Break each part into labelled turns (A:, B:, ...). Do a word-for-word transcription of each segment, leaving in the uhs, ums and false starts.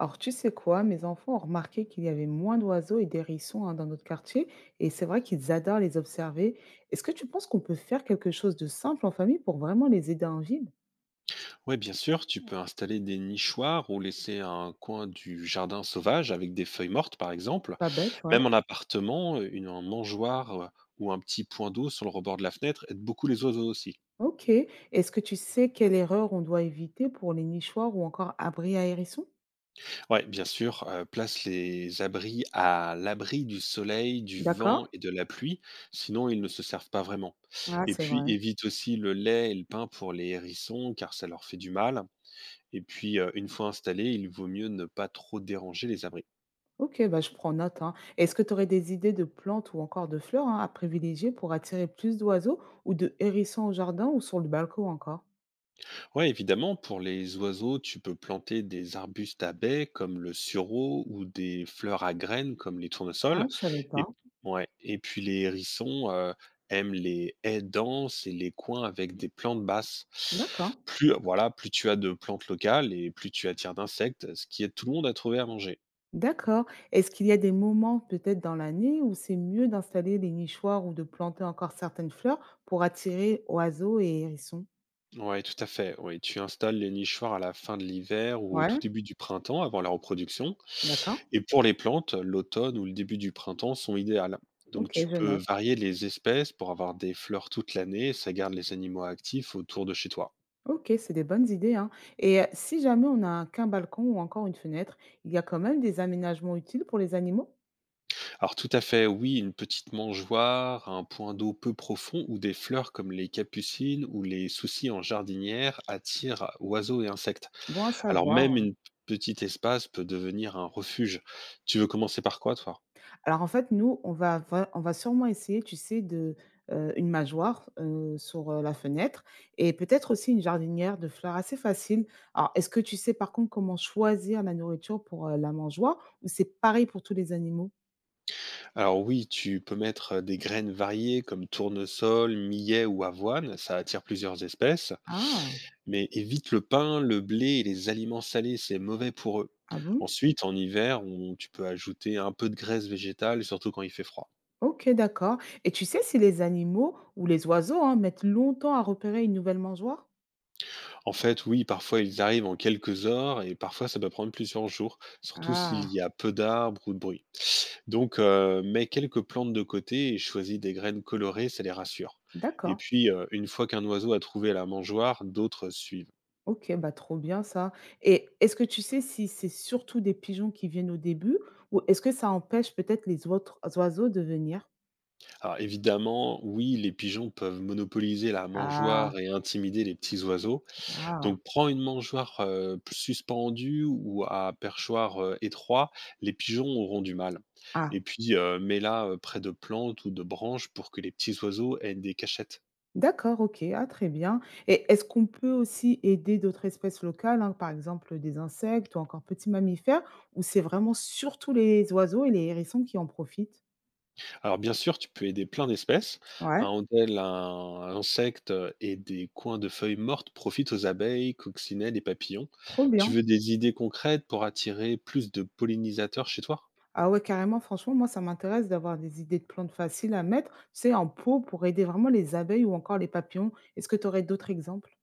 A: Alors, tu sais quoi? Mes enfants ont remarqué qu'il y avait moins d'oiseaux et d'hérissons, hein, dans notre quartier, et c'est vrai qu'ils adorent les observer. Est-ce que tu penses qu'on peut faire quelque chose de simple en famille pour vraiment les aider en ville?
B: Ouais, bien sûr, tu peux installer des nichoirs ou laisser un coin du jardin sauvage avec des feuilles mortes, par exemple.
A: Pas bête, ouais.
B: Même en appartement, une un mangeoire euh, ou un petit point d'eau sur le rebord de la fenêtre aide beaucoup les oiseaux aussi.
A: Ok. Est-ce que tu sais quelle erreur on doit éviter pour les nichoirs ou encore abris à hérissons?
B: Oui, bien sûr, euh, place les abris à l'abri du soleil, du vent
A: D'accord?
B: et de la pluie, sinon ils ne se servent pas vraiment.
A: Ah,
B: Et
A: c'est
B: puis
A: vrai.
B: évite aussi le lait et le pain pour les hérissons, car ça leur fait du mal. Et puis, euh, une fois installés, il vaut mieux ne pas trop déranger les abris.
A: Ok, bah, je prends note, hein. Est-ce que tu aurais des idées de plantes ou encore de fleurs, hein, à privilégier pour attirer plus d'oiseaux ou de hérissons au jardin ou sur le balcon encore?
B: Ouais, évidemment, pour les oiseaux, tu peux planter des arbustes à baies comme le sureau ou des fleurs à graines comme les
A: Ah,
B: tournesols.
A: je savais
B: Et,
A: pas.
B: ouais. Et puis les hérissons euh, aiment les haies denses et les coins avec des plantes basses.
A: D'accord.
B: Plus, voilà, plus tu as de plantes locales et plus tu attires d'insectes, ce qui aide tout le monde à trouver à manger.
A: D'accord. Est-ce qu'il y a des moments peut-être dans l'année où c'est mieux d'installer des nichoirs ou de planter encore certaines fleurs pour attirer oiseaux et hérissons?
B: Ouais, tout à fait. Oui, tu installes les nichoirs à la fin de l'hiver ou au tout
A: Ouais,
B: début du printemps, avant la reproduction.
A: d'accord.
B: Et pour les plantes, l'automne ou le début du printemps sont idéales. Donc
A: Ok,
B: tu
A: je
B: peux
A: note.
B: varier les espèces pour avoir des fleurs toute l'année, et ça garde les animaux actifs autour de chez toi.
A: Ok, c'est des bonnes idées, hein. Et euh, si jamais on n'a qu'un balcon ou encore une fenêtre, il y a quand même des aménagements utiles pour les animaux?
B: Alors tout à fait, oui, une petite mangeoire, un point d'eau peu profond ou des fleurs comme les capucines ou les soucis en jardinière attirent oiseaux et insectes.
A: Bon à
B: Alors même
A: savoir.
B: une petite espace peut devenir un refuge. Tu veux commencer par quoi, toi?
A: Alors en fait, nous, on va va on va sûrement essayer, tu sais, de, heu, une mâchoire, heu, sur, heu, la fenêtre et peut-être aussi une jardinière de fleurs assez facile. Alors, est-ce que tu sais par contre comment choisir la nourriture pour, heu, la mangeoire, ou c'est pareil pour tous les animaux?
B: Alors oui, tu peux mettre, des graines variées comme tournesol, millet ou avoine, ça attire plusieurs espèces.
A: Ah!
B: Mais évite le pain, le blé et les aliments salés, c'est mauvais pour eux.
A: Ah bon?
B: Ensuite, en hiver, on- tu peux ajouter un peu de graisse végétale, surtout quand il fait froid.
A: OK, d'accord. Et tu sais si les animaux ou les oiseaux, hein, mettent longtemps à repérer une nouvelle mangeoire?
B: En fait, oui, parfois ils arrivent en quelques heures et parfois ça peut prendre plusieurs jours, surtout s'il
A: Ah!
B: y a peu d'arbres ou de bruit. Donc, euh, mets quelques plantes de côté et choisis des graines colorées, ça les rassure. Et
A: D'accord.
B: puis, euh, une fois qu'un oiseau a trouvé la mangeoire, d'autres suivent.
A: OK, bah, trop bien ça. Et est-ce que tu sais si c'est surtout des pigeons qui viennent au début, ou est-ce que ça empêche peut-être les autres oiseaux de venir?
B: Alors évidemment, oui, les pigeons peuvent monopoliser la
A: Ah,
B: mangeoire et intimider les petits oiseaux.
A: ah,
B: Donc prends une mangeoire, heu, plus suspendue ou à perchoir, heu, étroit, les pigeons auront du mal,
A: ah,
B: et puis, heu, mets-la, heu, près de plantes ou de branches pour que les petits oiseaux aient des cachettes.
A: d'accord, OK, ah, très bien. Et est-ce qu'on peut aussi aider d'autres espèces locales, hein, par exemple des insectes ou encore petits mammifères, ou c'est vraiment surtout les oiseaux et les hérissons qui en profitent?
B: Alors bien sûr, tu peux aider plein d'espèces,
A: Ouais,
B: un hôtel un insecte et des coins de feuilles mortes profitent aux abeilles, coccinelles et papillons.
A: trop
B: Tu
A: bien.
B: veux des idées concrètes pour attirer plus de pollinisateurs chez toi?
A: Ah ouais, carrément, franchement, moi, ça m'intéresse d'avoir des idées de plantes faciles à mettre, tu sais, en pot pour aider vraiment les abeilles ou encore les papillons. Est-ce que tu aurais d'autres exemples?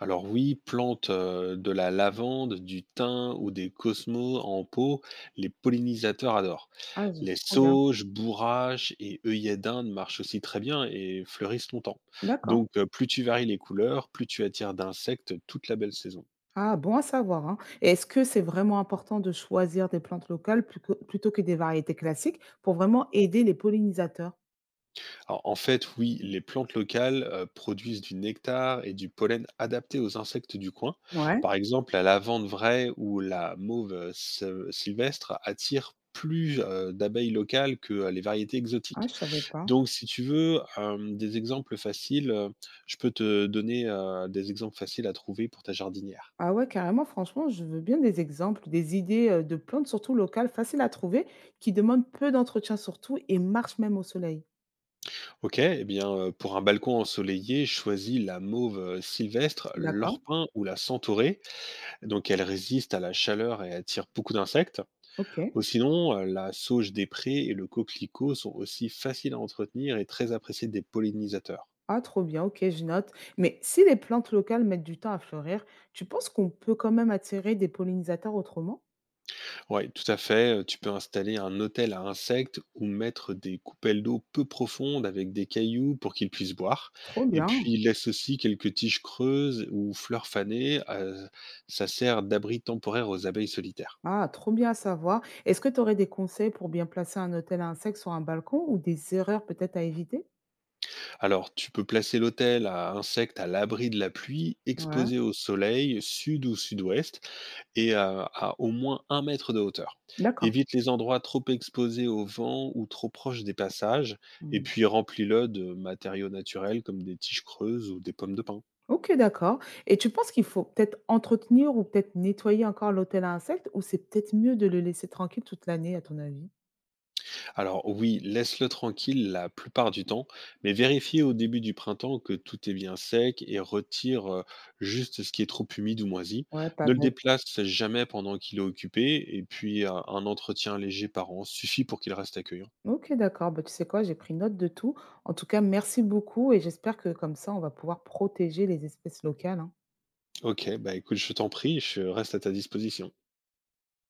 B: Alors oui, plantes euh, de la lavande, du thym ou des cosmos en pot, les pollinisateurs adorent.
A: Ah, z-
B: Les
A: c'est trop bien.
B: sauges, bourrages et œillets d'Inde marchent aussi très bien et fleurissent longtemps.
A: D'accord.
B: Donc euh, plus tu varies les couleurs, plus tu attires d'insectes toute la belle saison.
A: Ah, bon à savoir, hein. Et est-ce que c'est vraiment important de choisir des plantes locales plus que- plutôt que des variétés classiques pour vraiment aider les pollinisateurs?
B: Alors, en fait, oui, les plantes locales euh, produisent du nectar et du pollen adaptés aux insectes du coin.
A: Ouais,
B: Par exemple, la lavande vraie ou la mauve euh, sy- sylvestre attirent plus euh, d'abeilles locales que euh, les variétés
A: ah,
B: exotiques.
A: je savais pas.
B: Donc, si tu veux euh, des exemples faciles, euh, je peux te donner euh, des exemples faciles à trouver pour ta jardinière.
A: Ah ouais, carrément, franchement, je veux bien des exemples, des idées euh, de plantes, surtout locales, faciles à trouver, qui demandent peu d'entretien surtout et marchent même au soleil.
B: Ok, eh bien, euh, pour un balcon ensoleillé, choisis la mauve euh, sylvestre,
A: D'accord,
B: l'orpin ou la centaurée. Donc elle résiste à la chaleur et attire beaucoup d'insectes.
A: ok.
B: Ou sinon, euh, la sauge des prés et le coquelicot sont aussi faciles à entretenir et très appréciés des pollinisateurs.
A: Ah, trop bien, ok, je note. Mais si les plantes locales mettent du temps à fleurir, tu penses qu'on peut quand même attirer des pollinisateurs autrement?
B: Oui, tout à fait. euh, Tu peux installer un hôtel à insectes ou mettre des coupelles d'eau peu profondes avec des cailloux pour qu'ils puissent boire.
A: Trop
B: Et puis,
A: bien.
B: il laisse aussi quelques tiges creuses ou fleurs fanées. Euh, ça sert d'abri temporaire aux abeilles solitaires.
A: Ah, trop bien à savoir. Est-ce que tu aurais des conseils pour bien placer un hôtel à insectes sur un balcon ou des erreurs peut-être à éviter?
B: Alors, tu peux placer l'hôtel à insectes à l'abri de la pluie,
A: Ouais.
B: exposé au soleil, sud ou sud-ouest, et à, à au moins un mètre de hauteur.
A: D'accord.
B: Évite les endroits trop exposés au vent ou trop proches des passages, et
A: Hmm.
B: puis remplis-le de matériaux naturels comme des tiges creuses ou des pommes de pin.
A: Ok, d'accord. Et tu penses qu'il faut peut-être entretenir ou peut-être nettoyer encore l'hôtel à insectes, ou c'est peut-être mieux de le laisser tranquille toute l'année, à ton avis?
B: Alors oui, laisse-le tranquille la plupart du temps, mais vérifie au début du printemps que tout est bien sec et retire euh, juste ce qui est trop humide ou moisi.
A: Ouais, pas
B: Ne le
A: bête.
B: déplace jamais pendant qu'il est occupé et puis euh, un entretien léger par an suffit pour qu'il reste accueillant.
A: OK, d'accord. Bah, tu sais quoi? J'ai pris note de tout. En tout cas, merci beaucoup et j'espère que comme ça, on va pouvoir protéger les espèces locales, hein.
B: Ok, bah écoute, je t'en prie, je reste à ta disposition.